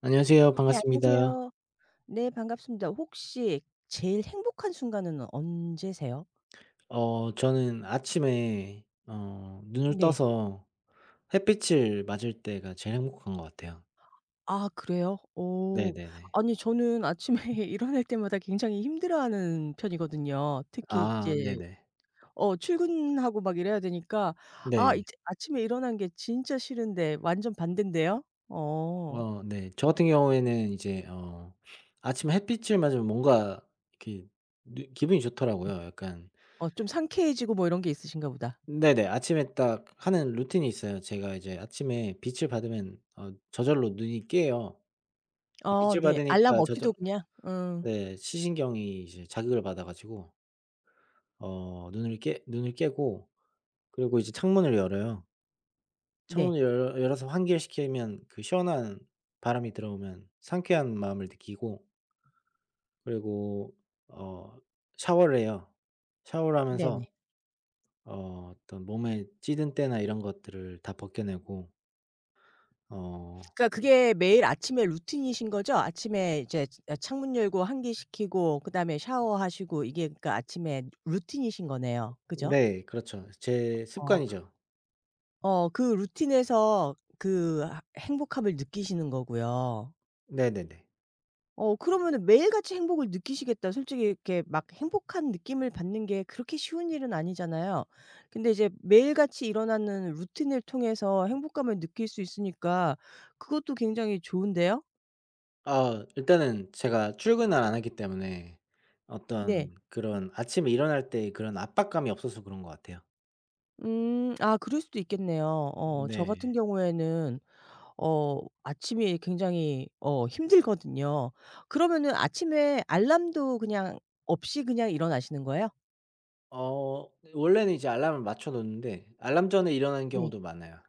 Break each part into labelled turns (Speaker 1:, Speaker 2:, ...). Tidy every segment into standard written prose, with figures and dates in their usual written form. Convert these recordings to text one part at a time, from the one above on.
Speaker 1: 안녕하세요.
Speaker 2: 네,
Speaker 1: 반갑습니다.
Speaker 2: 안녕하세요. 네, 반갑습니다. 혹시 제일 행복한 순간은 언제세요?
Speaker 1: 저는 아침에 눈을
Speaker 2: 네.
Speaker 1: 떠서 햇빛을 맞을 때가 제일 행복한 것 같아요.
Speaker 2: 아 그래요? 어.
Speaker 1: 네네네.
Speaker 2: 아니 저는 아침에 일어날 때마다 굉장히 힘들어하는 편이거든요. 특히
Speaker 1: 아
Speaker 2: 이제
Speaker 1: 네네.
Speaker 2: 출근하고 막 이래야 되니까 아
Speaker 1: 네.
Speaker 2: 이제 아침에 일어난 게 진짜 싫은데 완전 반대인데요. 어.
Speaker 1: 어 네. 저 같은 경우에는 이제 아침에 햇빛을 맞으면 뭔가 이렇게 기분이
Speaker 2: 네.
Speaker 1: 좋더라고요. 약간
Speaker 2: 좀 상쾌해지고 뭐 이런 게 있으신가 보다.
Speaker 1: 네네. 아침에 딱 하는 루틴이 있어요. 제가 이제 아침에 빛을 받으면 저절로 눈이 깨요.
Speaker 2: 어
Speaker 1: 빛을
Speaker 2: 네. 알람
Speaker 1: 받으니까 저절
Speaker 2: 없이도 그냥
Speaker 1: 네. 시신경이 이제 자극을 받아 가지고 눈을 깨고 그리고 이제 창문을 열어요.
Speaker 2: 네.
Speaker 1: 창문을 열 열어서 환기시키면 그 시원한 바람이 들어오면 상쾌한 마음을 느끼고, 그리고 어 샤워를 해요. 샤워를
Speaker 2: 네네.
Speaker 1: 하면서 어떤 몸에 찌든 때나 이런 것들을 다 벗겨내고. 어
Speaker 2: 그러니까 그게 매일 아침에 루틴이신 거죠? 아침에 이제 창문 열고 환기시키고 그다음에 샤워하시고 이게 그러니까 아침에 루틴이신 거네요. 그죠?
Speaker 1: 네 그렇죠. 제
Speaker 2: 어.
Speaker 1: 습관이죠.
Speaker 2: 그 루틴에서 그 하 행복함을 느끼시는 거고요.
Speaker 1: 네네네.
Speaker 2: 어 그러면은 매일같이 행복을 느끼시겠다. 솔직히 이렇게 막 행복한 느낌을 받는 게 그렇게 쉬운 일은 아니잖아요. 근데 이제 매일같이 일어나는 루틴을 통해서 행복감을 느낄 수 있으니까 그것도 굉장히 좋은데요?
Speaker 1: 아 일단은 제가 출근을 안 하기 때문에
Speaker 2: 네.
Speaker 1: 어떤 그런 아침에 일어날 때 그런 압박감이 없어서 그런 것 같아요.
Speaker 2: 음. 아 그럴 수도 있겠네요. 저 같은
Speaker 1: 네.
Speaker 2: 경우에는 아침이 굉장히 힘들거든요. 그러면은 아침에 알람도 그냥 없이 그냥 일어나시는 거예요?
Speaker 1: 원래는 이제 알람을 맞춰 놓는데 알람 전에 일어나는
Speaker 2: 네.
Speaker 1: 경우도 많아요.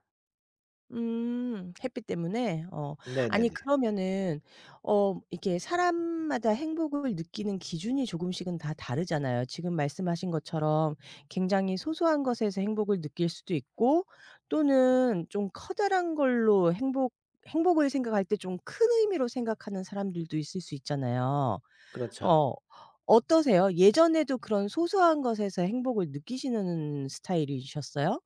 Speaker 2: 음. 햇빛 때문에? 어. 아니
Speaker 1: 네네네.
Speaker 2: 그러면은 이게 사람마다 행복을 느끼는 기준이 조금씩은 다 다르잖아요. 지금 말씀하신 것처럼 굉장히 소소한 것에서 행복을 느낄 수도 있고 또는 좀 커다란 걸로 행복을 생각할 때 좀 큰 의미로 생각하는 사람들도 있을 수 있잖아요.
Speaker 1: 그렇죠.
Speaker 2: 어. 어떠세요? 예전에도 그런 소소한 것에서 행복을 느끼시는 스타일이셨어요?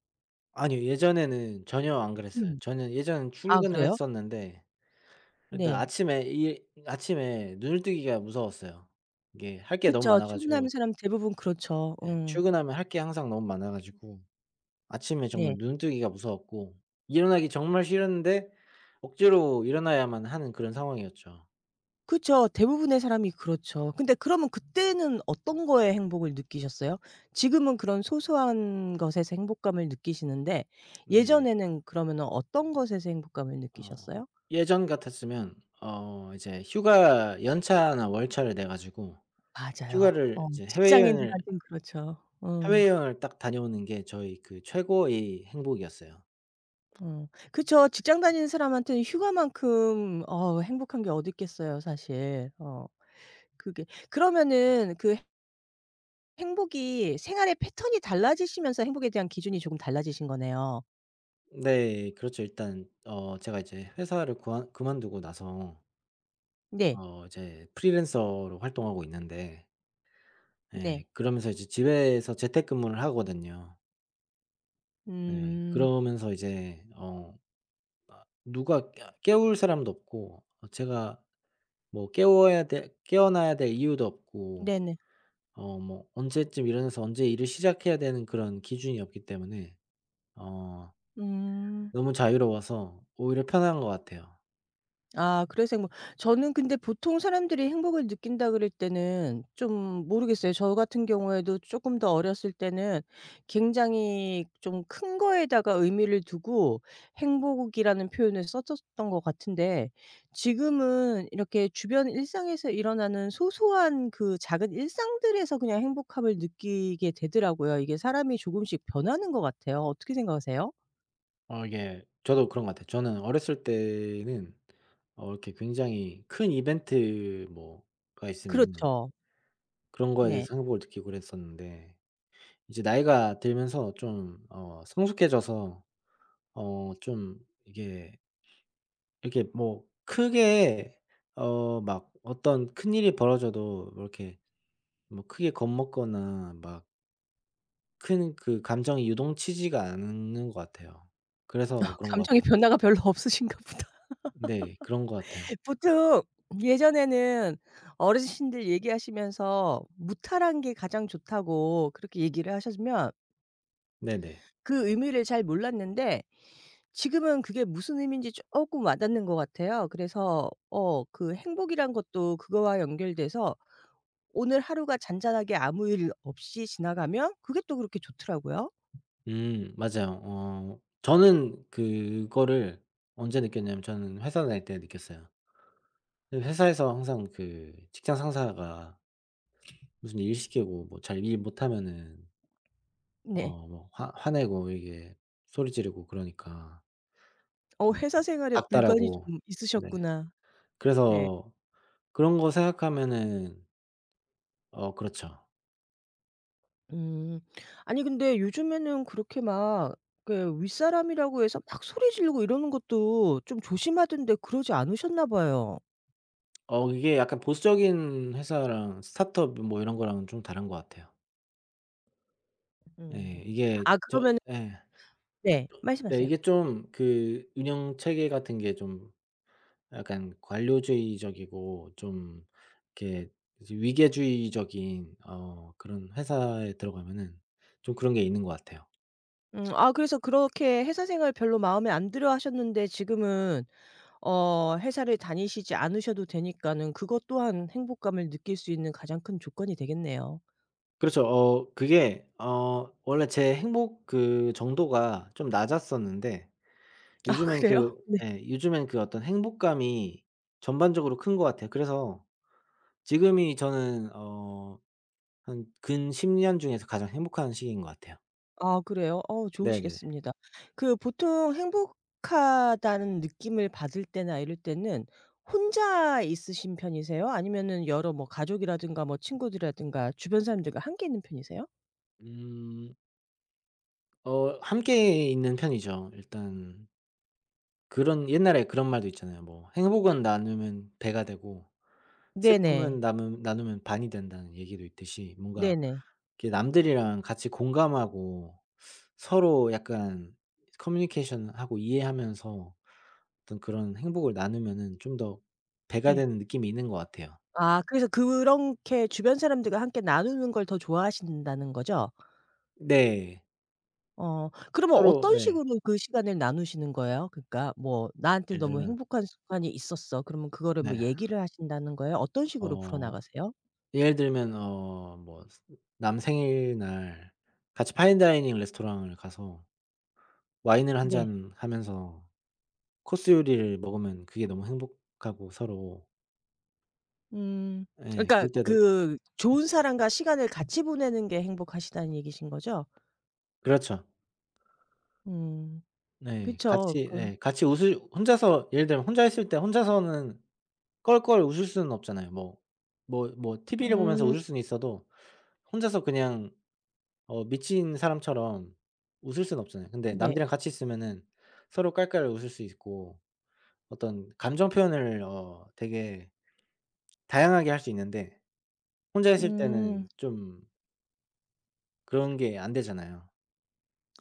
Speaker 1: 아니요. 예전에는 전혀 안 그랬어요.
Speaker 2: 음.
Speaker 1: 저는 예전엔
Speaker 2: 아
Speaker 1: 출근을
Speaker 2: 그래요?
Speaker 1: 했었는데, 일단
Speaker 2: 네.
Speaker 1: 아침에 이 아침에 눈을 뜨기가 무서웠어요. 이게 할 게 너무
Speaker 2: 그쵸.
Speaker 1: 많아 가지고.
Speaker 2: 출근하는 사람 대부분 그렇죠.
Speaker 1: 예,
Speaker 2: 어.
Speaker 1: 출근하면 할 게 항상 너무 많아 가지고 아침에
Speaker 2: 네.
Speaker 1: 정말 눈 뜨기가 무서웠고, 일어나기 정말 싫었는데 억지로 일어나야만 하는 그런 상황이었죠.
Speaker 2: 그쵸. 대부분의 사람이 그렇죠. 근데 그러면 그때는 어떤 거에 행복을 느끼셨어요? 지금은 그런 소소한 것에서 행복감을 느끼시는데
Speaker 1: 네네.
Speaker 2: 예전에는 그러면은 어떤 것에서 행복감을
Speaker 1: 어
Speaker 2: 느끼셨어요?
Speaker 1: 예전 같았으면 이제 휴가 연차나 월차를 내 가지고
Speaker 2: 맞아요.
Speaker 1: 휴가를
Speaker 2: 어
Speaker 1: 이제
Speaker 2: 직장인들한테는 그렇죠. 어.
Speaker 1: 해외여행을 딱 다녀오는 게 저희 그 최고의 행복이었어요.
Speaker 2: 어. 그쵸. 직장 다니는 사람한테는 휴가만큼 어 행복한 게 어디 있겠어요 사실. 어. 그게 그러면은 그 행복이 생활의 패턴이 달라지시면서 행복에 대한 기준이 조금 달라지신 거네요.
Speaker 1: 네 그렇죠. 일단 제가 이제 회사를 그만두고 나서
Speaker 2: 네.
Speaker 1: 이제 프리랜서로 활동하고 있는데, 예
Speaker 2: 네.
Speaker 1: 그러면서 이제 집에서 재택근무를 하거든요. 네
Speaker 2: 음.
Speaker 1: 그러면서 이제 누가 깨 깨울 사람도 없고, 제가 뭐 깨워야 돼 깨어나야 될 이유도 없고,
Speaker 2: 네네.
Speaker 1: 뭐 언제쯤 일어나서 언제 일을 시작해야 되는 그런 기준이 없기 때문에, 어
Speaker 2: 음.
Speaker 1: 너무 자유로워서 오히려 편한 것 같아요.
Speaker 2: 아 그래서 행복 저는 근데 보통 사람들이 행복을 느낀다 그럴 때는 좀 모르겠어요. 저 같은 경우에도 조금 더 어렸을 때는 굉장히 좀 큰 거에다가 의미를 두고 행복이라는 표현을 썼었던 것 같은데 지금은 이렇게 주변 일상에서 일어나는 소소한 그 작은 일상들에서 그냥 행복함을 느끼게 되더라고요. 이게 사람이 조금씩 변하는 것 같아요. 어떻게 생각하세요?
Speaker 1: 이게 저도 그런 것 같아요. 저는 어렸을 때는 이렇게 굉장히 큰 이벤트 뭐가 있으면은
Speaker 2: 그렇죠.
Speaker 1: 그런 거에
Speaker 2: 네.
Speaker 1: 대해서 행복을 느끼고 그랬었는데, 이제 나이가 들면서 좀 성숙해져서 좀 이게 이렇게 뭐 크게 막 어떤 큰일이 벌어져도 뭐 이렇게 뭐 크게 겁먹거나 막 큰 그 감정이 유동치지가 않는 것 같아요. 그래서 그런 것
Speaker 2: 감정의
Speaker 1: 같은데.
Speaker 2: 변화가 별로 없으신가 보다.
Speaker 1: 네 그런 것 같아요.
Speaker 2: 보통 예전에는 어르신들 얘기하시면서 무탈한 게 가장 좋다고 그렇게 얘기를 하셨으면
Speaker 1: 네네.
Speaker 2: 그 의미를 잘 몰랐는데 지금은 그게 무슨 의미인지 조금 와닿는 것 같아요. 그래서 그 행복이란 것도 그거와 연결돼서 오늘 하루가 잔잔하게 아무 일 없이 지나가면 그게 또 그렇게 좋더라고요.
Speaker 1: 맞아요. 저는 그거를 언제 느꼈냐면 저는 회사 다닐 때 느꼈어요. 회사에서 항상 그 직장 상사가 무슨 일 시키고 뭐 잘 일 못하면은
Speaker 2: 네.
Speaker 1: 뭐 화 화내고, 이게 소리 지르고 그러니까.
Speaker 2: 어
Speaker 1: 음
Speaker 2: 회사 생활에 불만이
Speaker 1: 같다라고.
Speaker 2: 좀
Speaker 1: 네.
Speaker 2: 있으셨구나. 네.
Speaker 1: 그래서 그런 거 생각하면은. 그렇죠.
Speaker 2: 음. 아니 근데 요즘에는 그렇게 막 그 윗사람이라고 해서 막 소리 지르고 이러는 것도 좀 조심하던데 그러지 않으셨나 봐요.
Speaker 1: 이게 약간 보수적인 회사랑 스타트업 뭐 이런 거랑은 좀 다른 것 같아요. 예.
Speaker 2: 음.
Speaker 1: 이게
Speaker 2: 아
Speaker 1: 저
Speaker 2: 그러면은
Speaker 1: 예.
Speaker 2: 네.
Speaker 1: 네
Speaker 2: 말씀하세요.
Speaker 1: 이게 좀 그 운영 체계 같은 게 좀 약간 관료주의적이고, 좀 이렇게 이제 위계주의적인 그런 회사에 들어가면은 좀 그런 게 있는 것 같아요.
Speaker 2: 아 그래서 그렇게 회사 생활 별로 마음에 안 들어 하셨는데 지금은 회사를 다니시지 않으셔도 되니까는 그것 또한 행복감을 느낄 수 있는 가장 큰 조건이 되겠네요.
Speaker 1: 그렇죠. 그게 원래 제 행복 그 정도가 좀 낮았었는데,
Speaker 2: 아 그래요?
Speaker 1: 요즘엔 그 어떤 행복감이 전반적으로 큰 것 같아요. 그래서 지금이 저는 한 근 10년 중에서 가장 행복한 시기인 것 같아요.
Speaker 2: 아 그래요? 어
Speaker 1: 네네.
Speaker 2: 좋으시겠습니다. 그 보통 행복하다는 느낌을 받을 때나 이럴 때는 혼자 있으신 편이세요? 아니면은 여러 뭐 가족이라든가 뭐 친구들이라든가 주변 사람들과 함께 있는 편이세요?
Speaker 1: 음 함께 있는 편이죠. 일단 그런, 옛날에 그런 말도 있잖아요. 뭐 "행복은 나누면 배가 되고
Speaker 2: 네네.
Speaker 1: 슬픔은 남으 나누면 반이 된다."는 얘기도 있듯이, 뭔가
Speaker 2: 네네.
Speaker 1: 이렇게 남들이랑 같이 공감하고 서로 약간 커뮤니케이션하고 이해하면서 어떤 그런 행복을 나누면은 좀 더 배가
Speaker 2: 네.
Speaker 1: 되는 느낌이 있는 것 같아요.
Speaker 2: 아 그래서 그렇게 주변 사람들과 함께 나누는 걸 더 좋아하신다는 거죠?
Speaker 1: 네.
Speaker 2: 어 그러면
Speaker 1: 서로
Speaker 2: 어떤
Speaker 1: 네.
Speaker 2: 식으로 그 시간을 나누시는 거예요? 그러니까 뭐 "나한테
Speaker 1: 예를
Speaker 2: 너무
Speaker 1: 들면
Speaker 2: 행복한 순간이 있었어." 그러면 그거를 뭐
Speaker 1: 네.
Speaker 2: 얘기를 하신다는 거예요? 어떤 식으로
Speaker 1: 어
Speaker 2: 풀어나가세요?
Speaker 1: 예를 들면 뭐 남 생일날 같이 파인 다이닝 레스토랑을 가서 와인을 한
Speaker 2: 네.
Speaker 1: 잔 하면서 코스 요리를 먹으면 그게 너무 행복하고 서로.
Speaker 2: 음.
Speaker 1: 예
Speaker 2: 그러니까
Speaker 1: 그럴 때도.
Speaker 2: 그 좋은 사람과 시간을 같이 보내는 게 행복하시다는 얘기신 거죠?
Speaker 1: 그렇죠.
Speaker 2: 음.
Speaker 1: 네.
Speaker 2: 그쵸.
Speaker 1: 같이
Speaker 2: 그
Speaker 1: 예 같이 웃을 혼자서 예를 들면 혼자 있을 때 혼자서는 껄껄 웃을 수는 없잖아요. 뭐 TV를 보면서
Speaker 2: 음
Speaker 1: 웃을 수는 있어도 혼자서 그냥 미친 사람처럼 웃을 수는 없잖아요. 근데
Speaker 2: 네.
Speaker 1: 남들이랑 같이 있으면은 서로 깔깔 웃을 수 있고 어떤 감정 표현을 되게 다양하게 할 수 있는데 혼자 있을 때는
Speaker 2: 음.
Speaker 1: 좀 그런 게 안 되잖아요.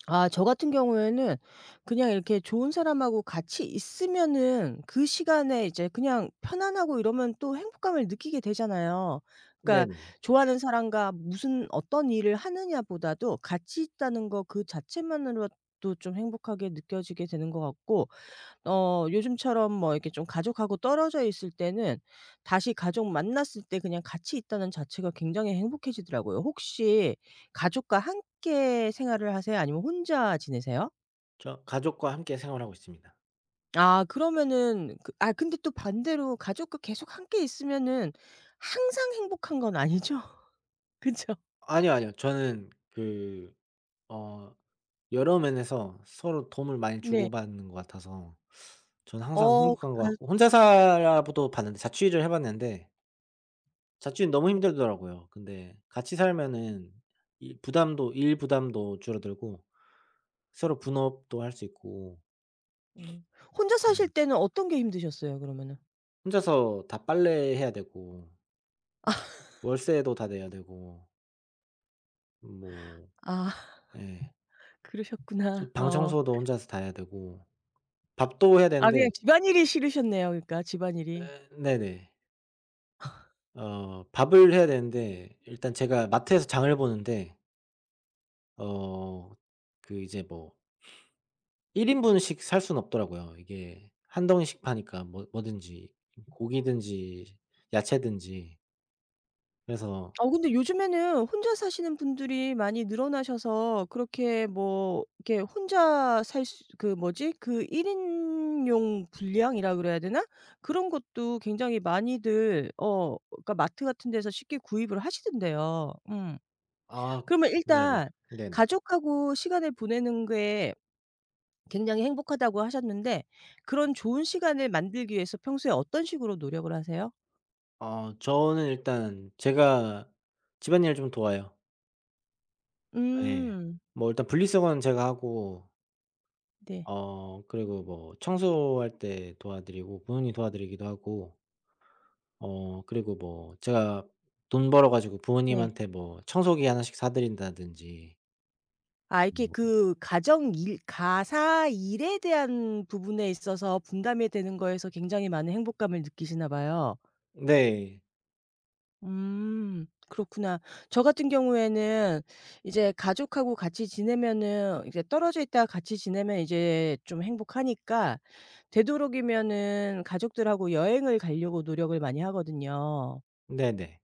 Speaker 2: 아 저 같은 경우에는 그냥 이렇게 좋은 사람하고 같이 있으면은 그 시간에 이제 그냥 편안하고 이러면 또 행복감을 느끼게 되잖아요. 그러니까
Speaker 1: 네네.
Speaker 2: 좋아하는 사람과 무슨 어떤 일을 하느냐 보다도 같이 있다는 거 그 자체만으로도 좀 행복하게 느껴지게 되는 것 같고 요즘처럼 뭐 이렇게 좀 가족하고 떨어져 있을 때는 다시 가족 만났을 때 그냥 같이 있다는 자체가 굉장히 행복해지더라고요. 혹시 가족과 함께 생활을 하세요? 아니면 혼자 지내세요?
Speaker 1: 저 가족과 함께 생활하고 있습니다.
Speaker 2: 아 그러면은 그 아 근데 또 반대로 가족과 계속 함께 있으면은 항상 행복한 건 아니죠? 그죠?
Speaker 1: 아니요, 아니요. 저는 그어 여러 면에서 서로 도움을 많이
Speaker 2: 네.
Speaker 1: 주고받는 것 같아서 저는
Speaker 2: 어
Speaker 1: 항상
Speaker 2: 그
Speaker 1: 행복한 것
Speaker 2: 가
Speaker 1: 같고, 혼자 살아보도 봤는데, 자취를 해 봤는데 자취는 너무
Speaker 2: 네.
Speaker 1: 힘들더라고요. 근데 같이 살면은 이 부담도 일 부담도 줄어들고 서로 분업도 할 수 있고.
Speaker 2: 음. 혼자 사실
Speaker 1: 네
Speaker 2: 때는 어떤 게 힘드셨어요 그러면은?
Speaker 1: 혼자서 다 빨래해야 되고
Speaker 2: 아.
Speaker 1: 월세도 다 내야 되고 뭐,
Speaker 2: 아
Speaker 1: 예.
Speaker 2: 그러셨구나.
Speaker 1: 방
Speaker 2: 어.
Speaker 1: 청소도 혼자서 다 해야 되고 밥도 해야
Speaker 2: 아 그냥
Speaker 1: 되는데.
Speaker 2: 집안일이 싫으셨네요 그러니까 집안일이.
Speaker 1: 예 네네. 밥을 해야 되는데, 일단 제가 마트에서 장을 보는데 어 그 이제 뭐 1 인분씩 살 수는 없더라고요. 이게 한 덩이씩 파니까 뭐 뭐든지, 고기든지 야채든지. 그래서.
Speaker 2: 어 근데 요즘에는 혼자 사시는 분들이 많이 늘어나셔서 그렇게 뭐 이렇게 혼자 살 수 그 뭐지? 그 1인용 인용 분량이라 그래야 되나? 그런 것도 굉장히 많이들 그러니까 마트 같은 데서 쉽게 구입을 하시던데요. 음.
Speaker 1: 아.
Speaker 2: 그러면
Speaker 1: 네네.
Speaker 2: 일단
Speaker 1: 네네.
Speaker 2: 가족하고 시간을 보내는 게 굉장히 행복하다고 하셨는데 그런 좋은 시간을 만들기 위해서 평소에 어떤 식으로 노력을 하세요?
Speaker 1: 저는 일단 제가 집안일을 좀 도와요. 예.
Speaker 2: 음.
Speaker 1: 뭐 일단 분리수거는 제가 하고
Speaker 2: 네.
Speaker 1: 그리고 뭐 청소할 때 도와드리고 부모님 도와드리기도 하고 그리고 뭐 제가 돈 벌어 가지고
Speaker 2: 네.
Speaker 1: 부모님한테 뭐 청소기 하나씩 사 드린다든지
Speaker 2: 아 이렇게
Speaker 1: 뭐.
Speaker 2: 그 가정 일 가사 일에 대한 부분에 있어서 분담이 되는 거에서 굉장히 많은 행복감을 느끼시나 봐요.
Speaker 1: 네.
Speaker 2: 음. 그렇구나. 저 같은 경우에는 이제 가족하고 같이 지내면은 이제 떨어져 있다가 같이 지내면 이제 좀 행복하니까 되도록이면은 가족들하고 여행을 가려고 노력을 많이 하거든요.
Speaker 1: 네네.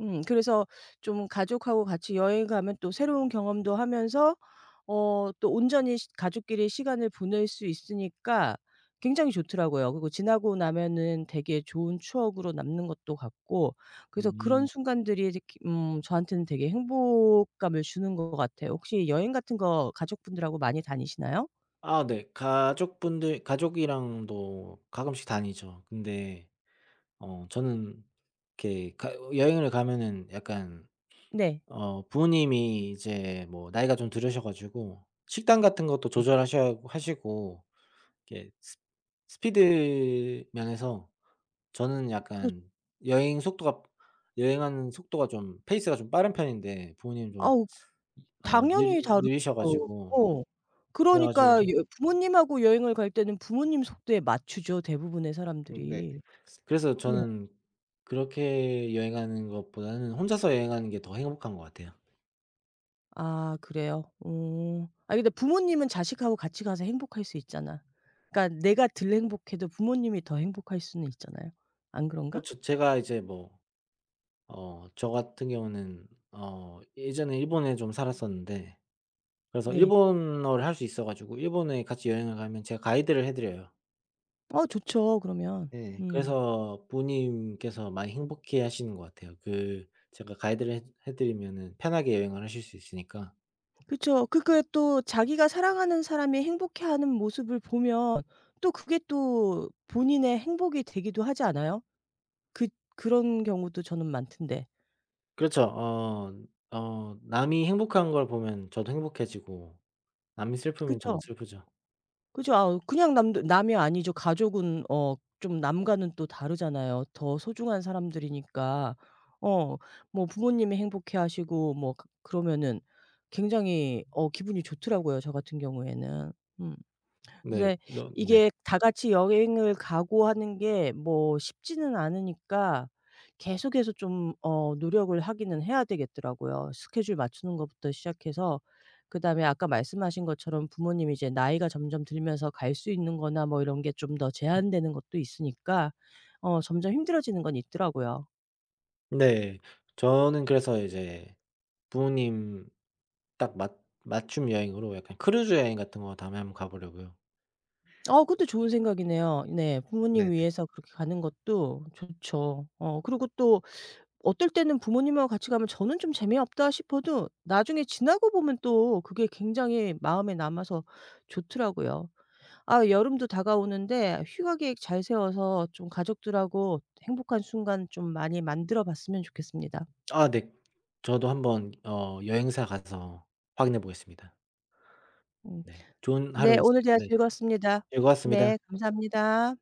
Speaker 2: 그래서 좀 가족하고 같이 여행 가면 또 새로운 경험도 하면서 또 온전히 시 가족끼리 시간을 보낼 수 있으니까 굉장히 좋더라고요. 그리고 지나고 나면은 되게 좋은 추억으로 남는 것도 같고 그래서 그런
Speaker 1: 음.
Speaker 2: 순간들이 이렇게, 저한테는 되게 행복감을 주는 것 같아요. 혹시 여행 같은 거 가족분들하고 많이 다니시나요?
Speaker 1: 아 네. 가족분들 가족이랑도 가끔씩 다니죠. 근데 저는 이렇게 가 여행을 가면은 약간
Speaker 2: 네.
Speaker 1: 부모님이 이제 뭐 나이가 좀 들으셔 가지고 식단 같은 것도
Speaker 2: 네.
Speaker 1: 조절하셔 하시고 이렇게 스 스피드 면에서 저는
Speaker 2: 그렇
Speaker 1: 약간 여행 속도가 여행하는 속도가 좀 페이스가 좀 빠른 편인데 부모님이 좀
Speaker 2: 우 당연히 다르죠.
Speaker 1: 느리셔 가지고.
Speaker 2: 어.
Speaker 1: 그래 가지고.
Speaker 2: 그러니까 여 부모님하고 여행을 갈 때는 부모님 속도에 맞추죠, 대부분의
Speaker 1: 네.
Speaker 2: 사람들이.
Speaker 1: 그래서
Speaker 2: 네.
Speaker 1: 저는 그렇게 여행하는 것보다는 혼자서 여행하는 게 더 행복한 것 같아요.
Speaker 2: 아 그래요? 어. 아니 근데 부모님은 자식하고 같이 가서 행복할 수 있잖아. 그러니까 내가 덜 행복해도 부모님이 더 행복할 수는 있잖아요. 안 그런가?
Speaker 1: 그렇죠. 제가 이제 뭐 저 같은 경우는 예전에 일본에 좀 살았었는데, 그래서
Speaker 2: 네.
Speaker 1: 일본어를 할 수 있어 가지고 일본에 같이 여행을 가면 제가 가이드를 해 드려요.
Speaker 2: 어 좋죠, 그러면.
Speaker 1: 예.
Speaker 2: 음.
Speaker 1: 그래서 부모님께서 많이 행복해 하시는 것 같아요. 그 제가 가이드를 해 해 드리면은 편하게 여행을 하실 수 있으니까.
Speaker 2: 그쵸. 그게 또 자기가 사랑하는 사람이 행복해하는 모습을 보면 또 그게 또 본인의 행복이 되기도 하지 않아요? 그 그런 경우도 저는 많던데.
Speaker 1: 그렇죠. 남이 행복한 걸 보면 저도 행복해지고 남이 슬프면 저도
Speaker 2: 그죠.
Speaker 1: 슬프죠.
Speaker 2: 그죠. 아 그냥 남들 남이 아니죠. 가족은 좀 남과는 또 다르잖아요. 더 소중한 사람들이니까. 어 뭐 부모님이 행복해하시고 뭐 그 그러면은 굉장히 어 기분이 좋더라고요, 저 같은 경우에는. 음.
Speaker 1: 네.
Speaker 2: 네.
Speaker 1: 너 네.
Speaker 2: 이게 다 같이 여행을 가고 하는 게 뭐 쉽지는 않으니까 계속해서 좀 노력을 하기는 해야 되겠더라고요. 스케줄 맞추는 것부터 시작해서 그다음에 아까 말씀하신 것처럼 부모님이 이제 나이가 점점 들면서 갈 수 있는 거나 뭐 이런 게 좀 더 제한되는 것도 있으니까 어 점점 힘들어지는 건 있더라고요.
Speaker 1: 네. 저는 그래서 이제 부모님 딱 맞 맞춤 여행으로 약간 크루즈 여행 같은 거 다음에 한번 가 보려고요.
Speaker 2: 어 그것도 좋은 생각이네요. 네. 부모님
Speaker 1: 네네.
Speaker 2: 위해서 그렇게 가는 것도 좋죠. 어 그리고 또 어떨 때는 부모님하고 같이 가면 저는 좀 재미없다 싶어도 나중에 지나고 보면 또 그게 굉장히 마음에 남아서 좋더라고요. 아 여름도 다가오는데 휴가 계획 잘 세워서 좀 가족들하고 행복한 순간 좀 많이 만들어 봤으면 좋겠습니다.
Speaker 1: 아 네. 저도 한번 여행사 가서 확인해 보겠습니다.
Speaker 2: 음.
Speaker 1: 네. 좋은
Speaker 2: 네
Speaker 1: 하루였습
Speaker 2: 오늘 대화
Speaker 1: 니 네.
Speaker 2: 즐거웠습니다.
Speaker 1: 즐거웠습니다.
Speaker 2: 네 감사합니다.